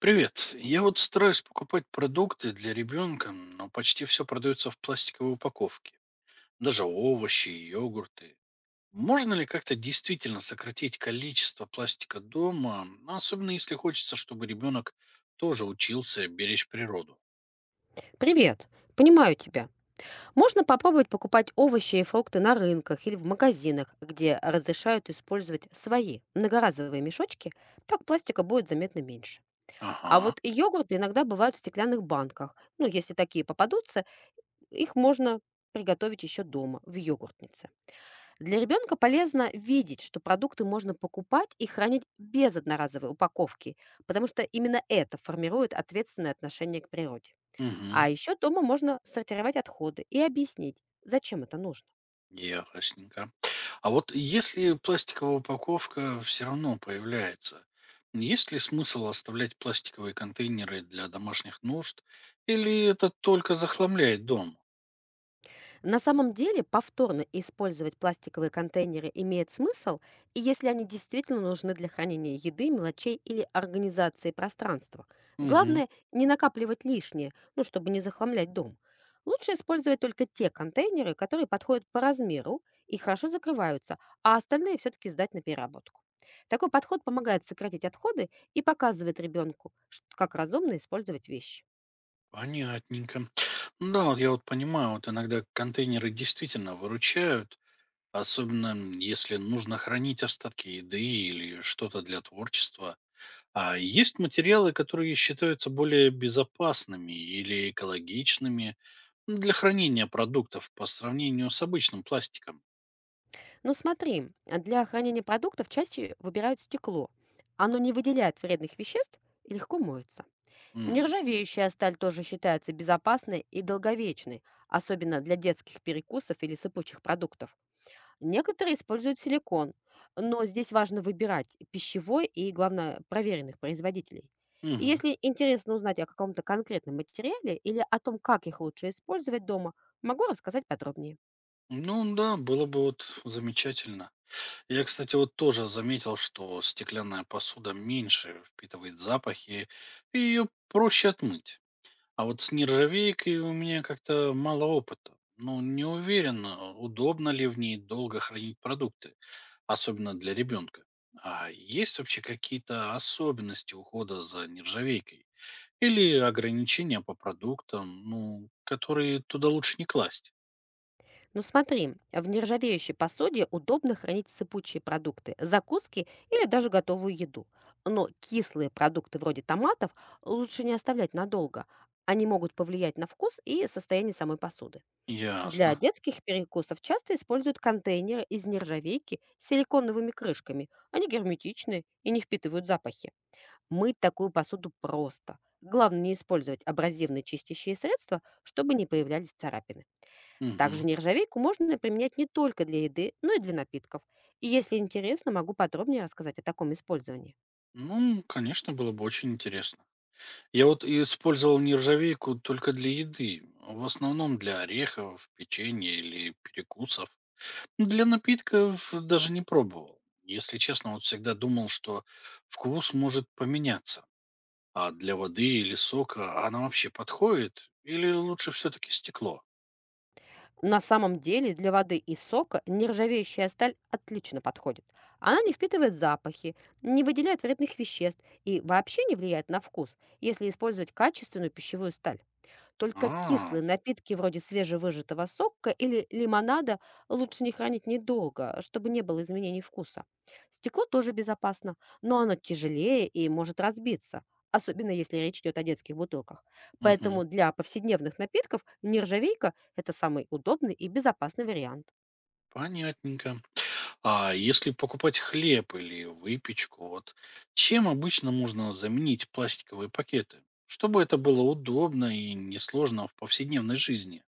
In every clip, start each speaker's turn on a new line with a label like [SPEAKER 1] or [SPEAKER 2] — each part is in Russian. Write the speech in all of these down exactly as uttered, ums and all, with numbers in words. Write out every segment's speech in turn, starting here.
[SPEAKER 1] Привет. Я вот стараюсь покупать продукты для ребенка, но почти все продается в пластиковой упаковке. Даже овощи и йогурты. Можно ли как-то действительно сократить количество пластика дома, а особенно если хочется, чтобы ребенок тоже учился беречь природу?
[SPEAKER 2] Привет. Понимаю тебя. Можно попробовать покупать овощи и фрукты на рынках или в магазинах, где разрешают использовать свои многоразовые мешочки, так пластика будет заметно меньше. А
[SPEAKER 1] Ага,
[SPEAKER 2] вот и йогурты иногда бывают в стеклянных банках. Ну, если такие попадутся, их можно приготовить еще дома, в йогуртнице. Для ребенка полезно видеть, что продукты можно покупать и хранить без одноразовой упаковки, потому что именно это формирует ответственное отношение к природе.
[SPEAKER 1] угу,
[SPEAKER 2] А еще дома можно сортировать отходы и объяснить, зачем это нужно.
[SPEAKER 1] ясненько. А вот если пластиковая упаковка все равно появляется, есть ли смысл оставлять пластиковые контейнеры для домашних нужд, или это только захламляет дом?
[SPEAKER 2] На самом деле повторно использовать пластиковые контейнеры имеет смысл, и если они действительно нужны для хранения еды, мелочей или организации пространства.
[SPEAKER 1] Угу,
[SPEAKER 2] Главное, не накапливать лишнее, ну, чтобы не захламлять дом. Лучше использовать только те контейнеры, которые подходят по размеру и хорошо закрываются, а остальные все-таки сдать на переработку. Такой подход помогает сократить отходы и показывает ребенку, как разумно использовать вещи.
[SPEAKER 1] понятненько. Ну Да, вот я вот понимаю, вот иногда контейнеры действительно выручают, особенно м, если нужно хранить остатки еды или что-то для творчества. А есть материалы, которые считаются более безопасными или экологичными, ну, Для хранения продуктов по сравнению с обычным пластиком.
[SPEAKER 2] Ну смотри, а для хранения продуктов чаще выбирают стекло. Оно не выделяет вредных веществ и легко моется.
[SPEAKER 1] Мгм.
[SPEAKER 2] Нержавеющая сталь тоже считается безопасной и долговечной, особенно для детских перекусов или сыпучих продуктов. Некоторые используют силикон, но здесь важно выбирать пищевой и, главное, проверенных производителей. И
[SPEAKER 1] Мгм.
[SPEAKER 2] если интересно узнать о каком-то конкретном материале или о том, как их лучше использовать дома, могу рассказать подробнее.
[SPEAKER 1] Ну да, было бы вот замечательно. Я, кстати, вот тоже заметил, что стеклянная посуда меньше впитывает запахи, и ее проще отмыть. А вот с нержавейкой у меня как-то мало опыта. Ну, не уверен, э, удобно ли в ней долго хранить продукты, особенно для ребенка. А есть вообще какие-то особенности ухода за нержавейкой? Или ограничения по продуктам, ну, которые туда лучше не класть.
[SPEAKER 2] Ну смотри, в нержавеющей посуде удобно хранить сыпучие продукты, закуски или даже готовую еду. Но кислые продукты вроде томатов лучше не оставлять надолго. Они могут повлиять на вкус и состояние самой посуды. Для
[SPEAKER 1] Ясно.
[SPEAKER 2] детских перекусов часто используют контейнеры из нержавейки с силиконовыми крышками. Они герметичны и не впитывают запахи. Мыть такую посуду просто. Главное не использовать абразивные чистящие средства, чтобы не появлялись царапины.
[SPEAKER 1] Мгм.
[SPEAKER 2] Также нержавейку можно применять не только для еды, но и для напитков. И если интересно, могу подробнее рассказать о таком использовании.
[SPEAKER 1] Ну, конечно, было бы очень интересно. Я вот использовал нержавейку только для еды, в основном для орехов, печенья или перекусов. Для напитков даже не пробовал. Если честно, вот всегда думал, что вкус может поменяться. А для воды или сока она вообще подходит? Или лучше все-таки стекло?
[SPEAKER 2] На самом деле для воды и сока нержавеющая сталь отлично подходит. Она не впитывает запахи, не выделяет вредных веществ и вообще не влияет на вкус, если использовать качественную пищевую сталь. Только
[SPEAKER 1] А,
[SPEAKER 2] кислые напитки вроде свежевыжатого сока или лимонада лучше не хранить недолго, чтобы не было изменений вкуса. Стекло тоже безопасно, но оно тяжелее и может разбиться, особенно если речь идет о детских бутылках.
[SPEAKER 1] мгм,
[SPEAKER 2] Поэтому для повседневных напитков нержавейка — это самый удобный и безопасный вариант.
[SPEAKER 1] понятненько. А если покупать хлеб или выпечку, вот чем обычно можно заменить пластиковые пакеты? Чтобы это было удобно и несложно в повседневной жизни.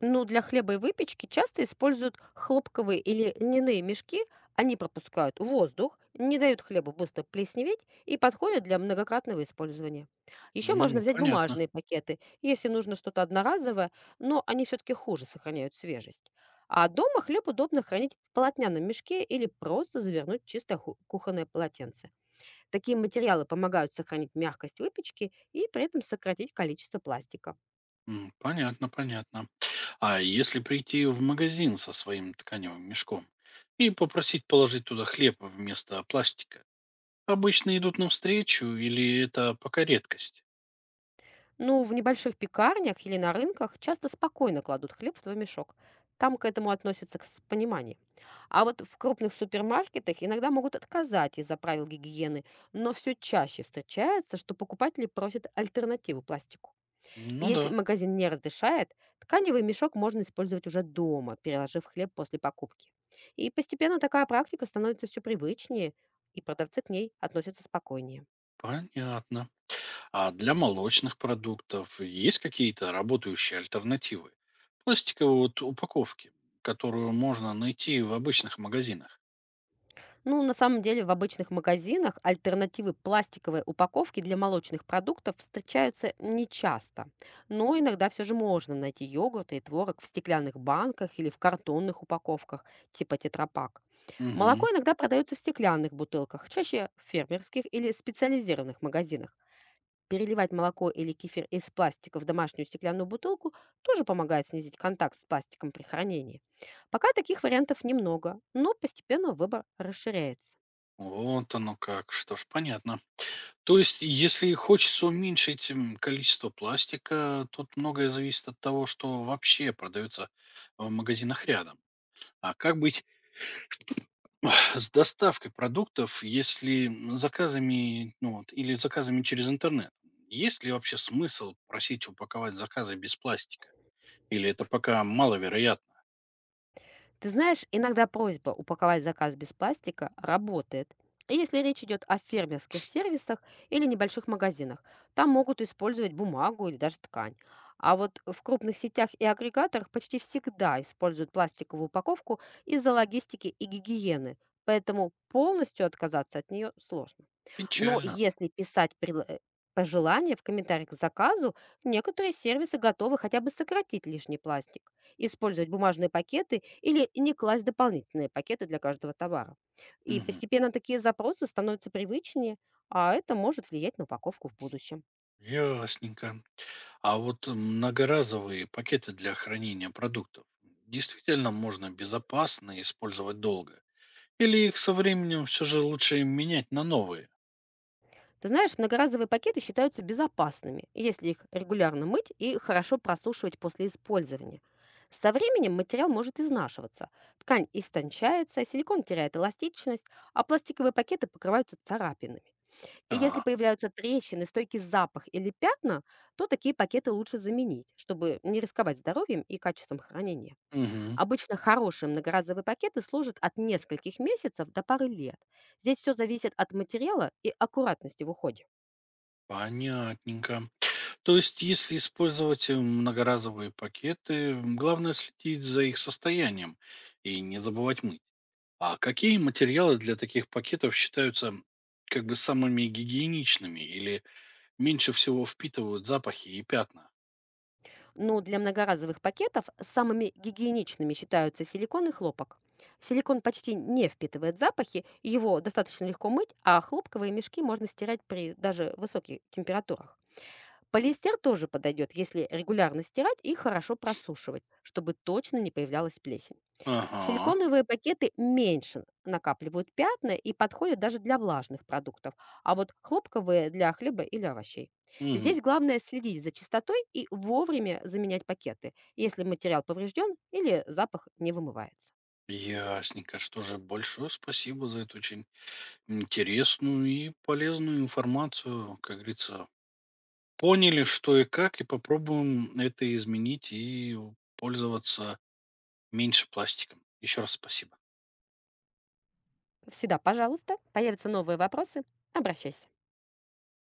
[SPEAKER 2] Ну, для хлеба и выпечки часто используют хлопковые или льняные мешки. Они пропускают воздух, не дают хлебу быстро плесневеть и подходят для многократного использования. Еще можно
[SPEAKER 1] М,
[SPEAKER 2] взять
[SPEAKER 1] понятно.
[SPEAKER 2] бумажные пакеты, если нужно что-то одноразовое, но они все-таки хуже сохраняют свежесть. А дома хлеб удобно хранить в полотняном мешке или просто завернуть в чистое ху- кухонное полотенце. Такие материалы помогают сохранить мягкость выпечки и при этом сократить количество пластика.
[SPEAKER 1] М, понятно, понятно. А если прийти в магазин со своим тканевым мешком и попросить положить туда хлеб вместо пластика, обычно идут навстречу или это пока редкость?
[SPEAKER 2] Ну, в небольших пекарнях или на рынках часто спокойно кладут хлеб в твой мешок. Там к этому относятся к- с пониманием. А вот в крупных супермаркетах иногда могут отказать из-за правил гигиены, но все чаще встречается, что покупатели просят альтернативу пластику. И
[SPEAKER 1] Ну
[SPEAKER 2] если
[SPEAKER 1] да,
[SPEAKER 2] магазин не разрешает, тканевый мешок можно использовать уже дома, переложив хлеб после покупки. И постепенно такая практика становится все привычнее, и продавцы к ней относятся спокойнее.
[SPEAKER 1] понятно. А для молочных продуктов есть какие-то работающие альтернативы? Пластиковой вот упаковки, которую можно найти в обычных магазинах.
[SPEAKER 2] Ну, на самом деле, в обычных магазинах альтернативы пластиковой упаковки для молочных продуктов встречаются нечасто. Но иногда все же можно найти йогурт и творог в стеклянных банках или в картонных упаковках типа тетрапак.
[SPEAKER 1] Мгм.
[SPEAKER 2] Молоко иногда продается в стеклянных бутылках, чаще в фермерских или специализированных магазинах. Переливать молоко или кефир из пластика в домашнюю стеклянную бутылку тоже помогает снизить контакт с пластиком при хранении. Пока таких вариантов немного, но постепенно выбор расширяется.
[SPEAKER 1] Вот оно как, что ж, понятно. То есть, если хочется уменьшить м, количество пластика, тут многое зависит от того, что вообще продается в магазинах рядом. А как быть С доставкой продуктов, если м, заказами, ну вот, или заказами через интернет, есть ли вообще смысл просить упаковать заказы без пластика? Или это пока маловероятно?
[SPEAKER 2] Ты знаешь, иногда просьба упаковать заказ без пластика работает. И Если речь идет о фермерских сервисах или небольших магазинах, там могут использовать бумагу или даже ткань. А вот в крупных сетях и агрегаторах почти всегда используют пластиковую упаковку из-за логистики и гигиены, поэтому полностью отказаться от нее сложно. Но
[SPEAKER 1] Печально.
[SPEAKER 2] если писать предла- э, пожелания в комментариях к заказу, некоторые сервисы готовы хотя бы сократить лишний пластик, использовать бумажные пакеты или не класть дополнительные пакеты для каждого товара. И
[SPEAKER 1] Мгм.
[SPEAKER 2] постепенно такие запросы становятся привычнее, а это может влиять на упаковку в будущем.
[SPEAKER 1] Ясненько. А вот многоразовые пакеты для хранения продуктов действительно можно безопасно использовать долго? Или их со временем все же лучше менять на новые?
[SPEAKER 2] Ты знаешь, многоразовые пакеты считаются безопасными, если их регулярно мыть и хорошо просушивать после использования. Со временем материал может изнашиваться, ткань истончается, силикон теряет эластичность, а пластиковые пакеты покрываются царапинами. И если
[SPEAKER 1] Ага.
[SPEAKER 2] появляются трещины, стойкий запах или пятна, то такие пакеты лучше заменить, чтобы не рисковать здоровьем и качеством хранения.
[SPEAKER 1] Мгм.
[SPEAKER 2] Обычно хорошие многоразовые пакеты служат от нескольких месяцев до пары лет. Здесь все зависит от материала и аккуратности в уходе.
[SPEAKER 1] Понятненько. То есть, если использовать э, многоразовые пакеты, м, главное следить за их состоянием и не забывать мыть. А какие материалы для таких пакетов считаются как бы самыми гигиеничными или меньше всего впитывают запахи и пятна?
[SPEAKER 2] Но для многоразовых пакетов самыми гигиеничными считаются силикон и хлопок. Силикон почти не впитывает запахи, его достаточно легко мыть, а хлопковые мешки можно стирать при даже высоких температурах. Полиэстер тоже подойдет, если регулярно стирать и хорошо просушивать, чтобы точно не появлялась плесень.
[SPEAKER 1] Ага.
[SPEAKER 2] Силиконовые пакеты меньше накапливают пятна и подходят даже для влажных продуктов, а вот хлопковые для хлеба или овощей.
[SPEAKER 1] Мгм.
[SPEAKER 2] Здесь главное следить за чистотой и вовремя заменять пакеты, если материал поврежден или запах не вымывается.
[SPEAKER 1] Ясненько. Что же, большое спасибо за эту очень интересную и полезную информацию. Как говорится, поняли, что и как, и попробуем это изменить и пользоваться меньше пластика. Еще раз спасибо.
[SPEAKER 2] Всегда, пожалуйста, появятся новые вопросы, обращайся.